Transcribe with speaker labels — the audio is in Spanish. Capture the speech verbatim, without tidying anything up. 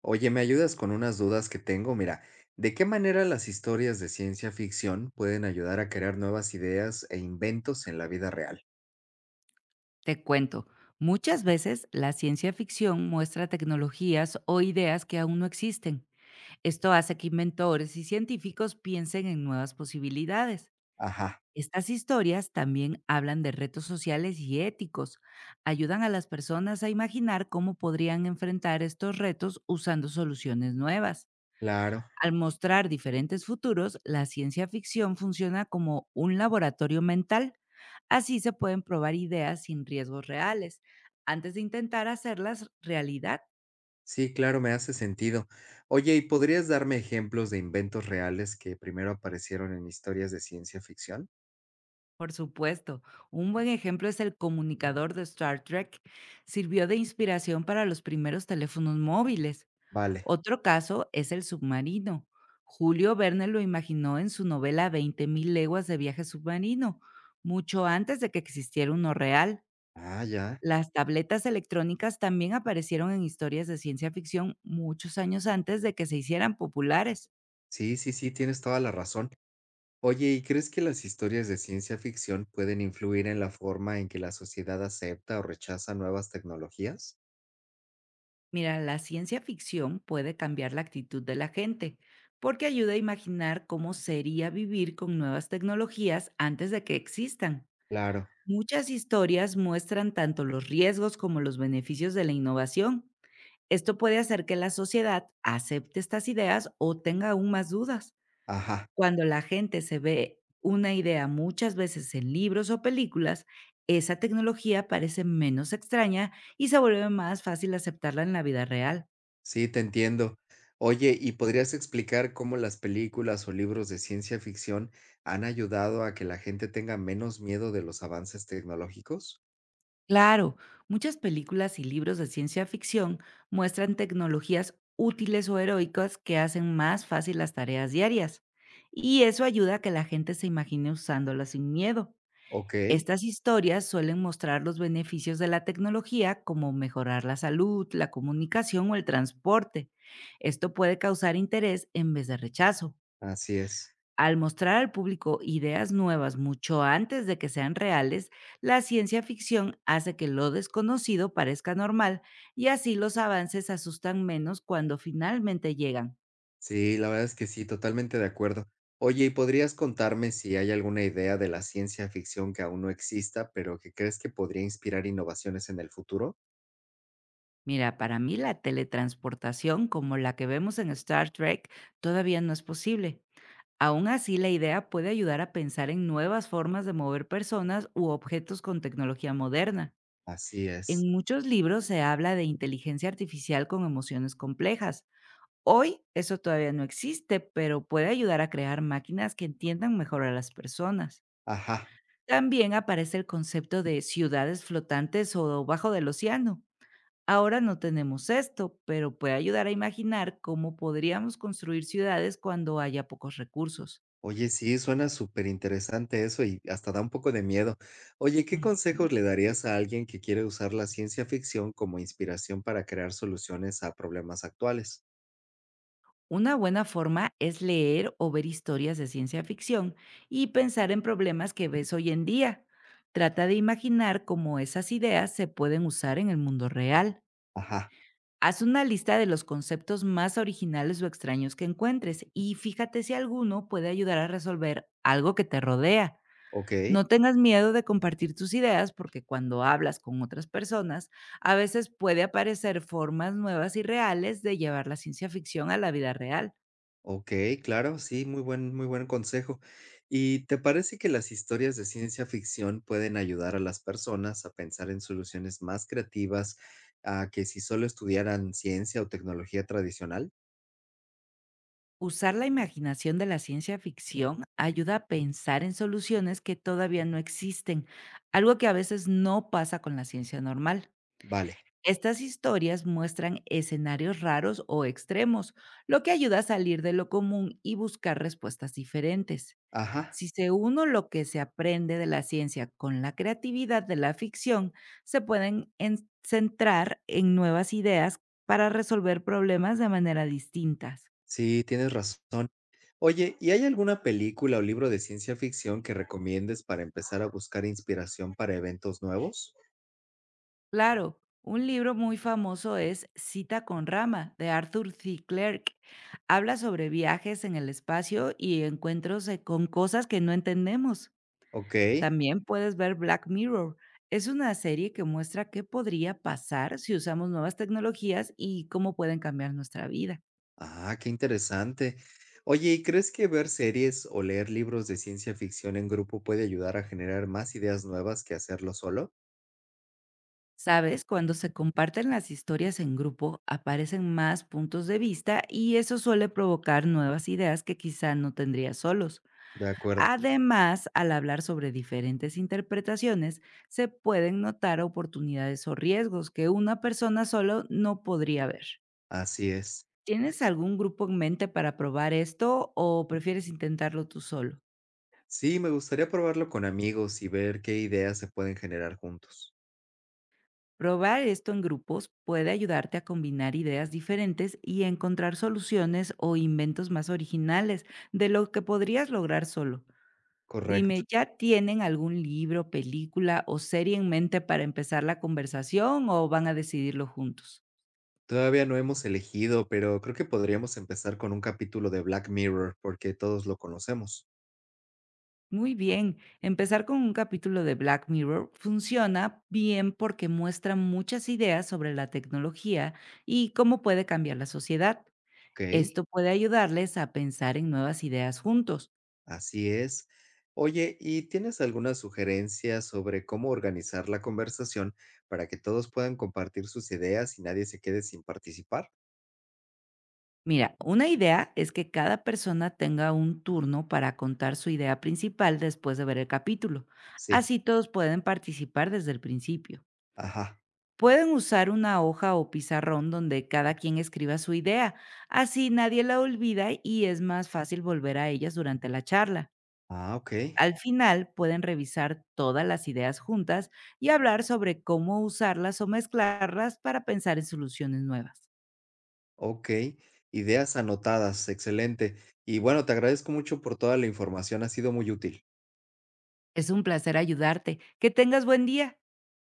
Speaker 1: Oye, ¿me ayudas con unas dudas que tengo? Mira, ¿de qué manera las historias de ciencia ficción pueden ayudar a crear nuevas ideas e inventos en la vida real?
Speaker 2: Te cuento, muchas veces la ciencia ficción muestra tecnologías o ideas que aún no existen. Esto hace que inventores y científicos piensen en nuevas posibilidades.
Speaker 1: Ajá,
Speaker 2: Estas historias también hablan de retos sociales y éticos. Ayudan a las personas a imaginar cómo podrían enfrentar estos retos usando soluciones nuevas.
Speaker 1: claro.
Speaker 2: Al mostrar diferentes futuros, la ciencia ficción funciona como un laboratorio mental. Así se pueden probar ideas sin riesgos reales, antes de intentar hacerlas realidad.
Speaker 1: Sí, claro, me hace sentido. Oye, ¿y podrías darme ejemplos de inventos reales que primero aparecieron en historias de ciencia ficción?
Speaker 2: Por supuesto, un buen ejemplo es el comunicador de Star Trek. Sirvió de inspiración para los primeros teléfonos móviles.
Speaker 1: Vale.
Speaker 2: Otro caso es el submarino. Julio Verne lo imaginó en su novela Veinte mil leguas de viaje submarino, mucho antes de que existiera uno real.
Speaker 1: Ah, ya.
Speaker 2: Las tabletas electrónicas también aparecieron en historias de ciencia ficción muchos años antes de que se hicieran populares.
Speaker 1: Sí, sí, sí, tienes toda la razón. Oye, ¿y crees que las historias de ciencia ficción pueden influir en la forma en que la sociedad acepta o rechaza nuevas tecnologías?
Speaker 2: Mira, la ciencia ficción puede cambiar la actitud de la gente, porque ayuda a imaginar cómo sería vivir con nuevas tecnologías antes de que existan.
Speaker 1: Claro.
Speaker 2: Muchas historias muestran tanto los riesgos como los beneficios de la innovación. Esto puede hacer que la sociedad acepte estas ideas o tenga aún más dudas.
Speaker 1: Ajá.
Speaker 2: Cuando la gente se ve una idea muchas veces en libros o películas, esa tecnología parece menos extraña y se vuelve más fácil aceptarla en la vida real.
Speaker 1: Sí, te entiendo. Oye, ¿y podrías explicar cómo las películas o libros de ciencia ficción han ayudado a que la gente tenga menos miedo de los avances tecnológicos?
Speaker 2: Claro, muchas películas y libros de ciencia ficción muestran tecnologías útiles o heroicas que hacen más fácil las tareas diarias. Y eso ayuda a que la gente se imagine usándolas sin miedo.
Speaker 1: Ok,
Speaker 2: Estas historias suelen mostrar los beneficios de la tecnología, como mejorar la salud, la comunicación o el transporte. Esto puede causar interés en vez de rechazo.
Speaker 1: así es.
Speaker 2: Al mostrar al público ideas nuevas mucho antes de que sean reales, la ciencia ficción hace que lo desconocido parezca normal y así los avances asustan menos cuando finalmente llegan.
Speaker 1: Sí, la verdad es que sí, totalmente de acuerdo. Oye, ¿y podrías contarme si hay alguna idea de la ciencia ficción que aún no exista, pero que crees que podría inspirar innovaciones en el futuro?
Speaker 2: Mira, para mí la teletransportación como la que vemos en Star Trek todavía no es posible. Aún así, la idea puede ayudar a pensar en nuevas formas de mover personas u objetos con tecnología moderna.
Speaker 1: Así es.
Speaker 2: En muchos libros se habla de inteligencia artificial con emociones complejas. Hoy eso todavía no existe, pero puede ayudar a crear máquinas que entiendan mejor a las personas.
Speaker 1: Ajá.
Speaker 2: También aparece el concepto de ciudades flotantes o bajo del océano. Ahora no tenemos esto, pero puede ayudar a imaginar cómo podríamos construir ciudades cuando haya pocos recursos.
Speaker 1: Oye, sí, suena súper interesante eso y hasta da un poco de miedo. Oye, ¿qué
Speaker 2: Ujú.
Speaker 1: consejos le darías a alguien que quiere usar la ciencia ficción como inspiración para crear soluciones a problemas actuales?
Speaker 2: Una buena forma es leer o ver historias de ciencia ficción y pensar en problemas que ves hoy en día. Trata de imaginar cómo esas ideas se pueden usar en el mundo real.
Speaker 1: Ajá.
Speaker 2: Haz una lista de los conceptos más originales o extraños que encuentres y fíjate si alguno puede ayudar a resolver algo que te rodea.
Speaker 1: Ok,
Speaker 2: No tengas miedo de compartir tus ideas, porque cuando hablas con otras personas, a veces puede aparecer formas nuevas y reales de llevar la ciencia ficción a la vida real.
Speaker 1: ok, claro, sí, muy buen, muy buen consejo. ¿Y te parece que las historias de ciencia ficción pueden ayudar a las personas a pensar en soluciones más creativas a que si solo estudiaran ciencia o tecnología tradicional?
Speaker 2: Usar la imaginación de la ciencia ficción ayuda a pensar en soluciones que todavía no existen, algo que a veces no pasa con la ciencia normal.
Speaker 1: Vale,
Speaker 2: Estas historias muestran escenarios raros o extremos, lo que ayuda a salir de lo común y buscar respuestas diferentes.
Speaker 1: ajá,
Speaker 2: Si se uno lo que se aprende de la ciencia con la creatividad de la ficción, se pueden en- centrar en nuevas ideas para resolver problemas de manera distinta.
Speaker 1: sí, tienes razón. Oye, ¿y hay alguna película o libro de ciencia ficción que recomiendes para empezar a buscar inspiración para eventos nuevos?
Speaker 2: Claro, un libro muy famoso es Cita con Rama, de Arthur C. Clarke. Habla sobre viajes en el espacio y encuentros eh, con cosas que no entendemos.
Speaker 1: Ok.
Speaker 2: También puedes ver Black Mirror. Es una serie que muestra qué podría pasar si usamos nuevas tecnologías y cómo pueden cambiar nuestra vida.
Speaker 1: Ah, qué interesante. Oye, ¿y crees que ver series o leer libros de ciencia ficción en grupo puede ayudar a generar más ideas nuevas que hacerlo solo?
Speaker 2: Sabes, cuando se comparten las historias en grupo, aparecen más puntos de vista y eso suele provocar nuevas ideas que quizá no tendrías solos.
Speaker 1: De acuerdo,
Speaker 2: Además, al hablar sobre diferentes interpretaciones, se pueden notar oportunidades o riesgos que una persona solo no podría ver.
Speaker 1: así es.
Speaker 2: ¿Tienes algún grupo en mente para probar esto o prefieres intentarlo tú solo?
Speaker 1: Sí, me gustaría probarlo con amigos y ver qué ideas se pueden generar juntos.
Speaker 2: Probar esto en grupos puede ayudarte a combinar ideas diferentes y encontrar soluciones o inventos más originales de lo que podrías lograr solo.
Speaker 1: Correcto.
Speaker 2: Dime, ¿ya tienen algún libro, película o serie en mente para empezar la conversación o van a decidirlo juntos?
Speaker 1: Todavía no hemos elegido, pero creo que podríamos empezar con un capítulo de Black Mirror porque todos lo conocemos.
Speaker 2: Muy bien, empezar con un capítulo de Black Mirror funciona bien porque muestra muchas ideas sobre la tecnología y cómo puede cambiar la sociedad.
Speaker 1: Okey,
Speaker 2: Esto puede ayudarles a pensar en nuevas ideas juntos.
Speaker 1: así es. Oye, ¿y tienes alguna sugerencia sobre cómo organizar la conversación para que todos puedan compartir sus ideas y nadie se quede sin participar?
Speaker 2: Mira, una idea es que cada persona tenga un turno para contar su idea principal después de ver el capítulo.
Speaker 1: Sí,
Speaker 2: Así todos pueden participar desde el principio.
Speaker 1: ajá.
Speaker 2: Pueden usar una hoja o pizarrón donde cada quien escriba su idea. Así nadie la olvida y es más fácil volver a ellas durante la charla.
Speaker 1: Ah, okey,
Speaker 2: Al final pueden revisar todas las ideas juntas y hablar sobre cómo usarlas o mezclarlas para pensar en soluciones nuevas.
Speaker 1: okey. Ideas anotadas, excelente. Y bueno, te agradezco mucho por toda la información, ha sido muy útil.
Speaker 2: Es un placer ayudarte. Que tengas buen día.